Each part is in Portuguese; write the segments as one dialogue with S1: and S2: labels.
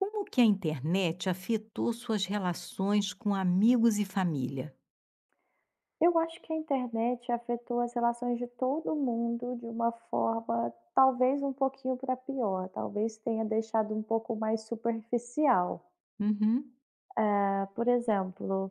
S1: Como que a internet afetou suas relações com amigos e família?
S2: Eu acho que a internet afetou as relações de todo mundo de uma forma, talvez um pouquinho para pior, talvez tenha deixado um pouco mais superficial.
S1: Uhum.
S2: Ah, por exemplo,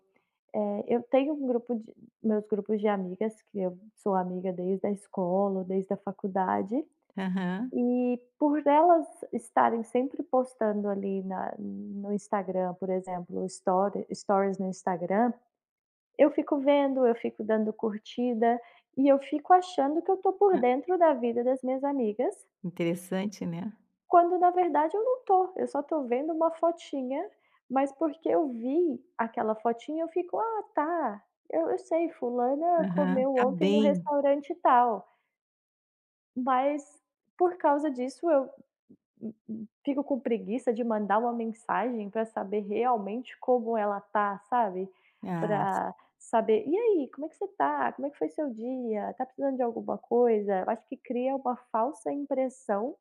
S2: eu tenho um grupo de meus grupos de amigas, que eu sou amiga desde a escola, desde a faculdade,
S1: Aham.
S2: e por elas estarem sempre postando ali na no Instagram, por exemplo, story stories no Instagram. Eu fico vendo, eu fico dando curtida e eu fico achando que eu tô por
S1: Ah,
S2: dentro da vida das minhas amigas,
S1: interessante, né.
S2: quando na verdade eu não tô, eu só tô vendo uma fotinha, mas porque eu vi aquela fotinha eu fico: "Ah tá, eu sei fulana
S1: Aham.
S2: comeu
S1: Tá
S2: ontem no
S1: bem.
S2: restaurante tal", mas por causa disso eu fico com preguiça de mandar uma mensagem para saber realmente como ela tá, sabe?
S1: Ah,
S2: Para saber: "E aí, como é que você tá? Como é que foi seu dia? Tá precisando de alguma coisa?". Eu acho que cria uma falsa impressão,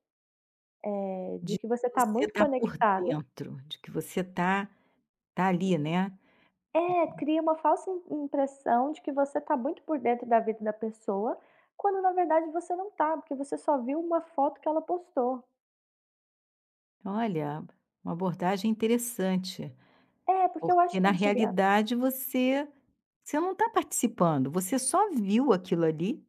S1: de
S2: de que você
S1: que
S2: tá
S1: você
S2: muito
S1: tá por
S2: conectado.
S1: dentro, de que você tá tá ali, né.
S2: É, cria uma falsa im impressão de que você está muito por dentro da vida da pessoa, quando na verdade você não tá, porque você só viu uma foto que ela postou.
S1: Olha, uma abordagem interessante,
S2: É, porque eu
S1: porque
S2: acho que
S1: na
S2: antiga
S1: realidade você não tá participando, você só viu aquilo ali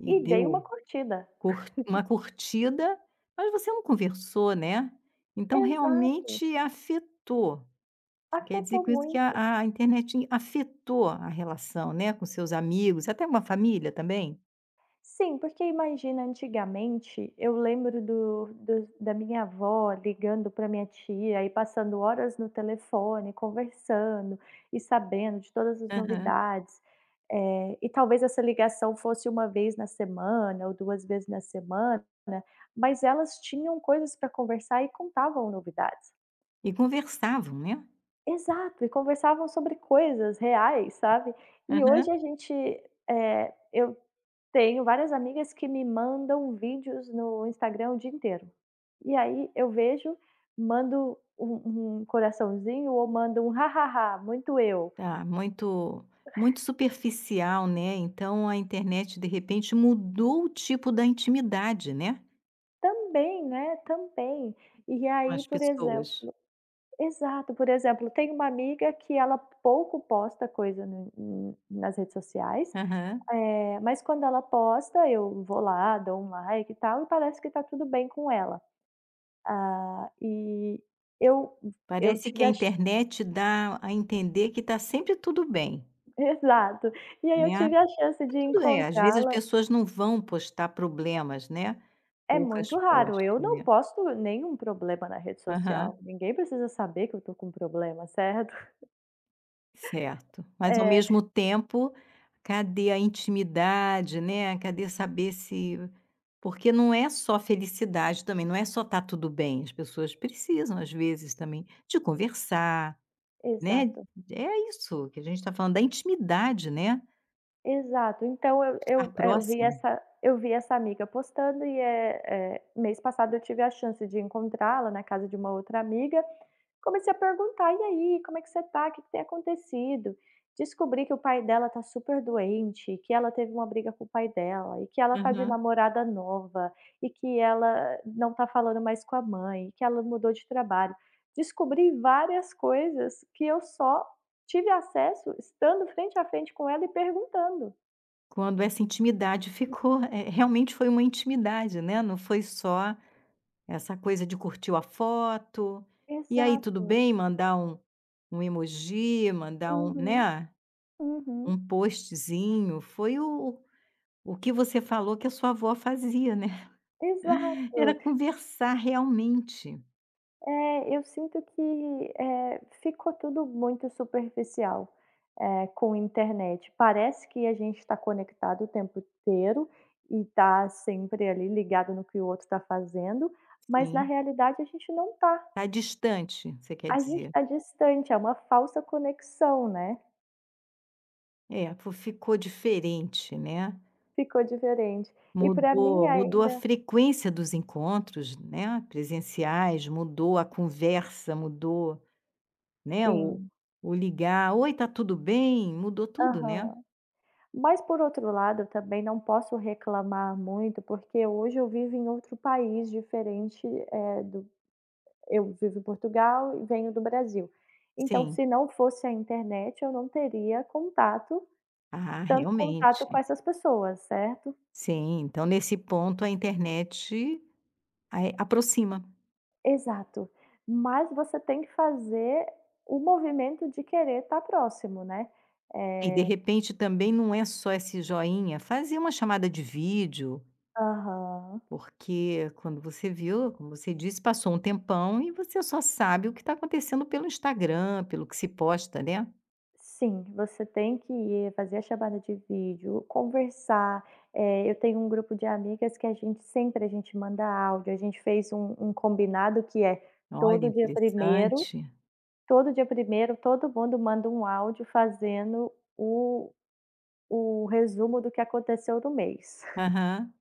S1: e
S2: e dei uma
S1: deu
S2: curtida.
S1: Cur uma curtida, mas você não conversou, né, então
S2: Exato.
S1: realmente afetou. Você quer dizer
S2: Afetou
S1: com isso que
S2: muito.
S1: a internet afetou a relação, né, com seus amigos, até uma família também?
S2: Sim, porque imagina antigamente, eu lembro do da minha avó ligando para minha tia e passando horas no telefone, conversando e sabendo de todas as
S1: Aham.
S2: novidades, e talvez essa ligação fosse uma vez na semana ou 2 vezes na semana, mas elas tinham coisas para conversar e contavam novidades.
S1: E conversavam, né?
S2: Exato, e conversavam sobre coisas reais, sabe. E
S1: Aham.
S2: hoje a gente, eh, eu tenho várias amigas que me mandam vídeos no Instagram o dia inteiro. E aí eu vejo, mando um coraçãozinho ou mando um "hahaha, muito eu".
S1: Tá, muito superficial, né, então a internet de repente mudou o tipo da intimidade, né,
S2: Também, né, também. E
S1: com
S2: aí,
S1: as
S2: por exemplo,
S1: pessoas.
S2: exato, por exemplo, tem uma amiga que ela pouco posta coisa no n nas redes sociais,
S1: Aham.
S2: mas quando ela posta eu vou lá, dou um like e tal, e parece que tá tudo bem com ela. Ah, e eu eu
S1: Parece que
S2: tive
S1: a
S2: a,
S1: internet dá a entender que tá sempre tudo bem,
S2: exato. E aí eu
S1: né.
S2: tive a chance de
S1: Tudo é, às vezes as
S2: encontrá-la,
S1: pessoas não vão postar problemas, né,
S2: é
S1: poucas
S2: muito raro, eu
S1: postam,
S2: não
S1: né.
S2: posto nenhum problema na rede social,
S1: Aham,
S2: ninguém precisa saber que eu estou com problema, certo?
S1: certo. Mas ao
S2: É,
S1: mesmo tempo, cadê a intimidade, né, cadê saber se porque não é só felicidade também, não é só tá tudo bem, as pessoas precisam às vezes também de conversar, né,
S2: exato,
S1: é isso que a gente está falando, da intimidade, né,
S2: exato. Então
S1: estar
S2: eu vi
S1: próximo.
S2: essa, eu vi essa amiga postando e, mês passado eu tive a chance de encontrá-la na casa de uma outra amiga. Comecei a perguntar: "E aí, como é que você tá? O que que tem acontecido?". Descobri que o pai dela tá super doente, que ela teve uma briga com o pai dela, e que ela tá de
S1: Aham.
S2: namorada nova, e que ela não tá falando mais com a mãe, que ela mudou de trabalho. Descobri várias coisas que eu só tive acesso estando frente a frente com ela e perguntando.
S1: Quando essa intimidade ficou, realmente foi uma intimidade, né, não foi só essa coisa de curtiu a foto, e aí tudo
S2: Exato.
S1: bem mandar um emoji, mandar um
S2: Uhum,
S1: né,
S2: uhum,
S1: um postzinho, foi o que você falou que a sua avó fazia, né, era
S2: exato.
S1: conversar realmente.
S2: É, eu sinto que, ficou tudo muito superficial, com internet. Parece que a gente está conectado o tempo inteiro e está sempre ali ligado no que o outro está fazendo, mas na
S1: Sim,
S2: realidade a gente não está.
S1: tá distante, você quer
S2: A gente
S1: dizer.
S2: está distante, é uma falsa conexão, né.
S1: É, fo ficou diferente, né,
S2: Ficou diferente. E para mim
S1: mudou a
S2: ainda
S1: frequência dos encontros, né, presenciais, mudou a conversa, mudou. Né,
S2: sim.
S1: o ligar: "Oi, tá tudo bem?" Mudou tudo, né.
S2: Aham. Mas por outro lado, eu também não posso reclamar muito, porque hoje eu vivo em outro país diferente, eh, do eu vivo em Portugal e venho do Brasil. Então,
S1: Sim.
S2: se não fosse a internet, eu não teria contato,
S1: Ah,
S2: tanto contato com
S1: realmente.
S2: essas pessoas, certo?
S1: Sim, então nesse ponto a internet ai aproxima.
S2: Exato. Mas você tem que fazer o movimento de querer estar próximo, né.
S1: E de
S2: Eh
S1: repente também não é só esse joinha, fazer uma chamada de vídeo,
S2: aham.
S1: porque quando você viu, como você disse, passou um tempão e você só sabe o que está acontecendo pelo Instagram, pelo que se posta, né.
S2: Sim, você tem que ir, fazer a chamada de vídeo, conversar. Eu tenho um grupo de amigas que a gente manda áudio, a gente fez um combinado que é
S1: Olha,
S2: todo dia primeiro.
S1: interessante.
S2: Todo dia primeiro, todo mundo manda um áudio fazendo o resumo do que aconteceu no mês.
S1: Aham.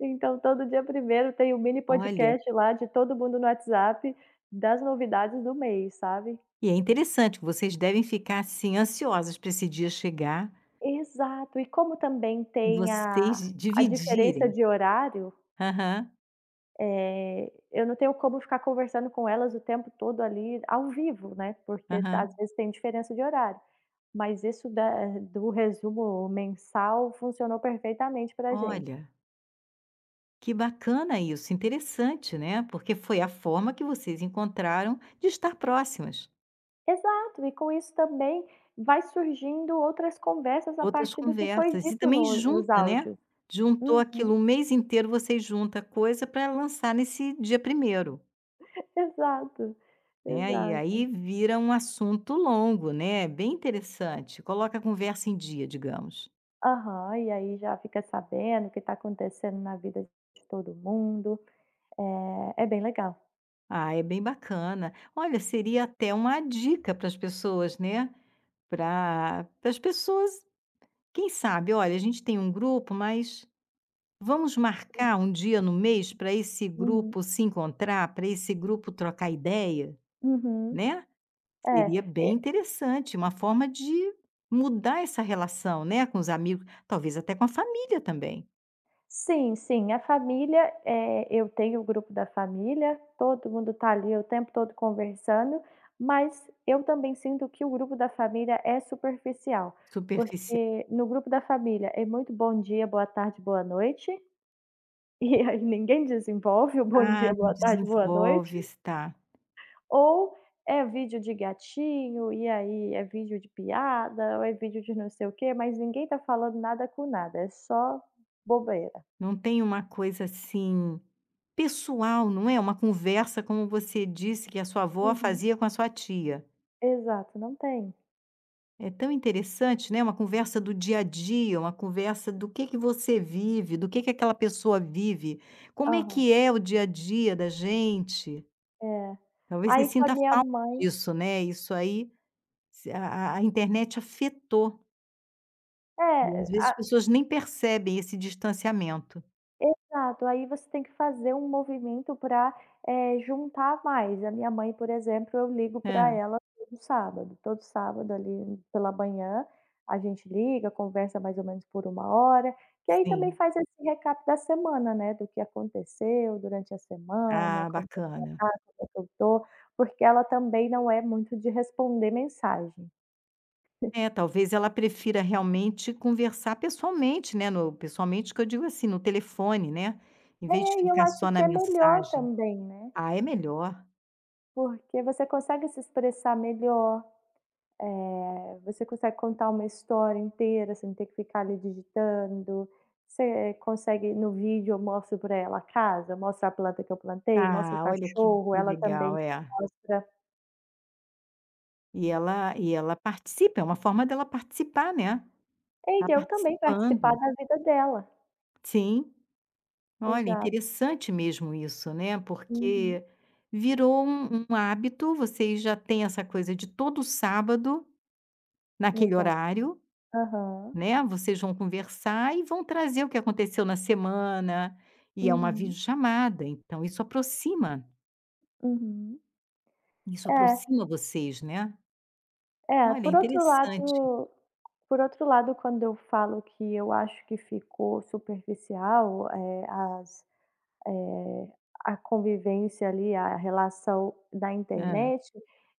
S2: Então todo dia primeiro tem um mini
S1: Olha.
S2: podcast lá de todo mundo no WhatsApp, das novidades do mês, sabe.
S1: E é interessante, vocês devem ficar, assim, ansiosas para esse dia chegar
S2: Exato. E como também
S1: e
S2: tem
S1: vocês
S2: a diferença
S1: dividirem.
S2: de horário,
S1: Aham,
S2: eu não tenho como ficar conversando com elas o tempo todo ali ao vivo, né, porque às
S1: aham.
S2: vezes tem diferença de horário. Mas isso da do resumo mensal funcionou perfeitamente pra gente.
S1: Olha, que bacana isso, interessante, né, porque foi a forma que vocês encontraram de estar próximas,
S2: Exato, e com isso também vai surgindo outras conversas a
S1: outras
S2: partir do que foi
S1: conversas e
S2: dito
S1: também
S2: no nos
S1: junta, né,
S2: áudios.
S1: juntou
S2: Uhum.
S1: aquilo, um mês inteiro vocês junta coisa para lançar nesse dia primeiro,
S2: Exato,
S1: né, e
S2: exato.
S1: aí vira um assunto longo, né, bem interessante, coloca a conversa em dia, digamos.
S2: Aham, e aí já fica sabendo o que está acontecendo na vida de todo mundo. É é bem legal.
S1: Ah, é bem bacana. Olha, seria até uma dica para as pessoas, né? Para as pessoas, quem sabe, olha, a gente tem um grupo, mas vamos marcar um dia no mês para esse
S2: Uhum,
S1: grupo se encontrar, para esse grupo trocar ideia,
S2: uhum.
S1: né?
S2: É.
S1: Seria bem interessante, uma forma de mudar essa relação, né? Com os amigos, talvez até com a família também.
S2: Sim, sim, a família, eu tenho o grupo da família, todo mundo tá ali o tempo todo conversando, mas eu também sinto que o grupo da família é superficial,
S1: Superficial.
S2: porque no grupo da família é muito bom dia, boa tarde, boa noite, e aí ninguém desenvolve o bom dia,
S1: Ah, não
S2: boa tarde, boa noite,
S1: desenvolve, está.
S2: ou é vídeo de gatinho, e aí é vídeo de piada, ou é vídeo de não sei o quê, mas ninguém tá falando nada com nada, é só bobeira.
S1: Não tem uma coisa assim. Pessoal, não é? Uma conversa, como você disse que a sua avó
S2: Uhum.
S1: fazia com a sua tia.
S2: Exato, não tem.
S1: É tão interessante, né, uma conversa do dia a dia, uma conversa do que você vive, do que aquela pessoa vive, como é
S2: Aham,
S1: que é o dia a dia da gente.
S2: é.
S1: Talvez você
S2: Aí com a
S1: sinta
S2: minha
S1: falta
S2: mãe
S1: disso, né, isso aí se a internet afetou, e às
S2: é,
S1: vezes
S2: a,
S1: as pessoas nem percebem esse distanciamento.
S2: exato, aí você tem que fazer um movimento pra, juntar mais. A minha mãe, por exemplo, eu ligo pra
S1: Hã,
S2: ela todo sábado. Todo sábado ali pela manhã, a gente liga, conversa mais ou menos por uma hora, que aí também
S1: sim.
S2: faz esse recap da semana, né, do que aconteceu durante a semana,
S1: Ah,
S2: como é que ela
S1: bacana.
S2: tá, como é que eu tô, porque ela também não é muito de responder mensagem.
S1: É, talvez ela prefira realmente conversar pessoalmente, né, no pessoalmente que eu digo assim, no telefone, né, em vez de
S2: É, e eu
S1: ficar
S2: acho
S1: só
S2: que
S1: na
S2: é melhor
S1: mensagem.
S2: também, né,
S1: Ah, é melhor.
S2: porque você consegue se expressar melhor, você consegue contar uma história inteira sem ter que ficar ali digitando, você consegue no vídeo eu mostro para ela a casa, mostro a planta que eu plantei, mostro o
S1: Ah, olha
S2: cachorro,
S1: que
S2: ela também
S1: legal, é.
S2: mostra.
S1: E ela participa, é uma forma dela participar, né,
S2: E
S1: tá
S2: eu também participar
S1: participando.
S2: da vida dela.
S1: Sim. Olha,
S2: Exato.
S1: interessante mesmo isso, né,
S2: Uhum.
S1: porque virou um hábito, vocês já têm essa coisa de todo sábado, naquele
S2: Exato.
S1: horário.
S2: Aham.
S1: Né, vocês vão conversar e vão trazer o que aconteceu na semana, e é uma
S2: Uhum.
S1: videochamada, então
S2: Uhum.
S1: isso
S2: É,
S1: aproxima vocês, né.
S2: é,
S1: Olha,
S2: por outro
S1: interessante.
S2: lado, por outro lado, quando eu falo que eu acho que ficou superficial, eh, a convivência ali, a relação da
S1: Hã.
S2: internet,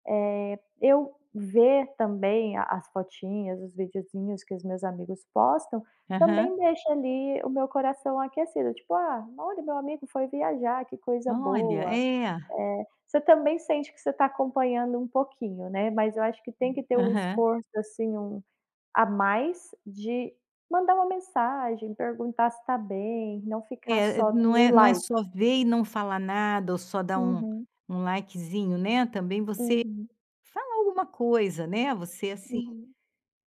S2: eu ver também a as fotinhas, os videozinhos que os meus amigos postam, também
S1: Aham.
S2: deixa ali o meu coração aquecido, tipo: "Ah, olha meu amigo foi viajar, que coisa
S1: Olha,
S2: boa".
S1: é.
S2: Você também sente que você está acompanhando um pouquinho, né, mas eu acho que tem que ter o
S1: Aham.
S2: esforço, assim, um a mais de mandar uma mensagem, perguntar se está bem, não ficar
S1: É,
S2: só
S1: não
S2: no
S1: é não é
S2: like.
S1: só ver e não falar nada ou só dar
S2: Uhum,
S1: um likezinho, né, também você
S2: uhum,
S1: fala alguma coisa, né, você, assim,
S2: uhum.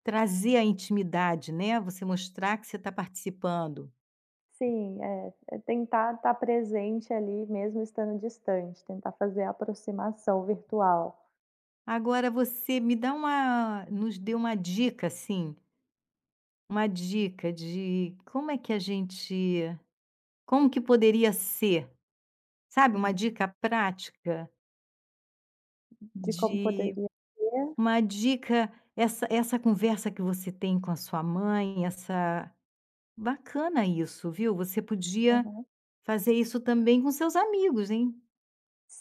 S1: trazer a intimidade, né, você mostrar que você está participando.
S2: Sim, é, é tentar estar presente ali mesmo estando distante, tentar fazer a aproximação virtual.
S1: Agora você me dá uma nos deu uma dica, assim, uma dica de como é que a gente como que poderia ser, sabe, uma
S2: Hum.
S1: dica prática
S2: De como
S1: de
S2: poderia ser.
S1: uma dica essa conversa que você tem com a sua mãe, essa bacana isso, viu, você podia
S2: Aham.
S1: fazer isso também com seus amigos, hein?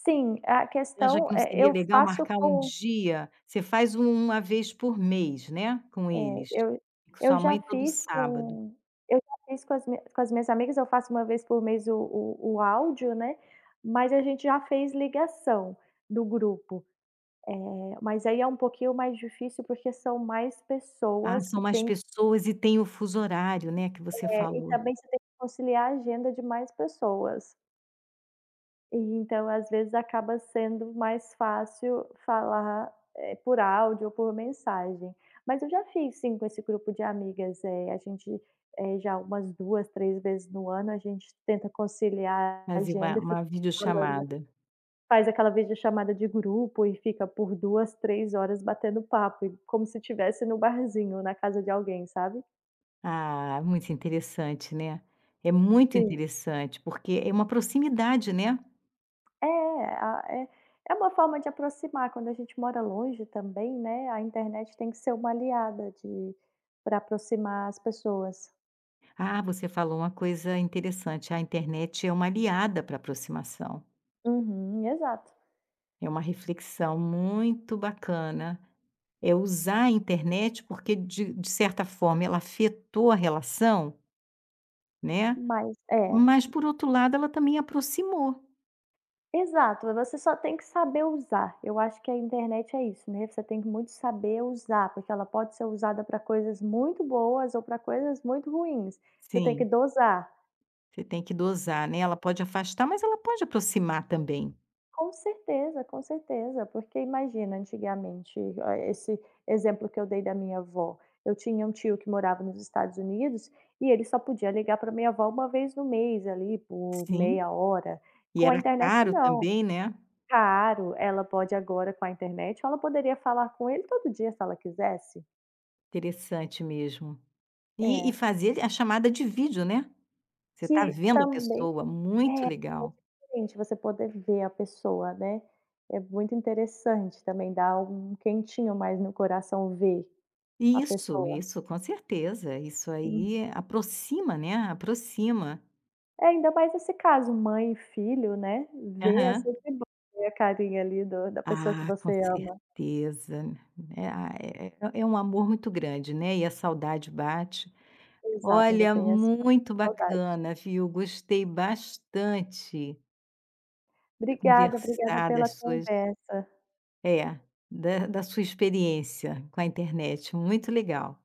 S2: Sim, a
S1: Você acha
S2: questão
S1: que não
S2: é
S1: seria
S2: eu
S1: legal
S2: faço
S1: marcar um
S2: com,
S1: dia? Você faz uma vez por mês, né, com
S2: é,
S1: eles.
S2: eu
S1: E com
S2: eu
S1: sua
S2: já
S1: mãe todo
S2: fiz
S1: sábado.
S2: com eu já fiz com as mi com as minhas amigas, eu faço uma vez por mês o áudio, né, mas a gente já fez ligação do grupo. Mas aí é um pouquinho mais difícil, porque são mais
S1: Ah,
S2: pessoas
S1: são
S2: que
S1: mais
S2: tem que,
S1: pessoas e tem o fuso horário, né, que você
S2: e
S1: falou.
S2: também você tem que conciliar a agenda de mais pessoas. E então, às vezes, acaba sendo mais fácil falar, por áudio ou por mensagem. Mas eu já fiz sim com esse grupo de amigas, já umas 2 3 vezes no ano, a gente tenta conciliar a
S1: Fazer
S2: agenda e fica
S1: uma
S2: falando
S1: videochamada.
S2: faz aquela videochamada de grupo e fica por 2 3 horas batendo papo, e como se estivesse no barzinho, na casa de alguém, sabe.
S1: Ah, muito interessante, né. É muito
S2: Sim.
S1: interessante, porque é uma proximidade, né.
S2: É, a é é uma forma de aproximar, quando a gente mora longe também, né, a internet tem que ser uma aliada de para aproximar as pessoas.
S1: Ah, você falou uma coisa interessante, a internet é uma aliada para aproximação.
S2: Uhum, exato.
S1: É uma reflexão muito bacana. É usar a internet, porque de certa forma ela afetou a relação, né,
S2: Mas é,
S1: mas por outro lado ela também aproximou.
S2: exato, você só tem que saber usar, eu acho que a internet é isso, né, você tem que muito saber usar, porque ela pode ser usada para coisas muito boas ou para coisas muito ruins, você tem que
S1: Sim,
S2: dosar.
S1: você tem que dosar, né, ela pode afastar, mas ela pode aproximar também.
S2: Com certeza, porque imagina antigamente, ah, esse exemplo que eu dei da minha avó, eu tinha um tio que morava nos Estados Unidos e ele só podia ligar para minha avó uma vez no mês ali por
S1: Sim,
S2: meia hora,
S1: e
S2: com a
S1: era
S2: internet
S1: caro
S2: não.
S1: também, né.
S2: Claro, ela pode agora com a internet, ela poderia falar com ele todo dia se ela quisesse.
S1: Interessante mesmo. E
S2: É,
S1: fazer a chamada de vídeo, né. Você está
S2: que
S1: vendo a
S2: também
S1: pessoa, muito
S2: é, é
S1: legal.
S2: diferente você poder ver a pessoa, né, é muito interessante também, dá um quentinho mais no coração ver. A
S1: Isso,
S2: pessoa.
S1: isso, com certeza, isso
S2: Hum.
S1: aí aproxima, né, aproxima.
S2: É, ainda mais nesse caso, mãe e filho, né, ver é
S1: Aham.
S2: sempre bom ver a carinha ali do da pessoa que
S1: Ah, com
S2: você ama.
S1: certeza, né, ah, é é um amor muito grande, né, e a saudade bate.
S2: Exato, ainda
S1: Olha,
S2: tem essa
S1: muito
S2: saudade.
S1: bacana, viu, gostei bastante de
S2: Obrigada, obrigada
S1: conversar das
S2: pela
S1: suas
S2: conversa.
S1: é, da sua experiência com a internet, muito legal.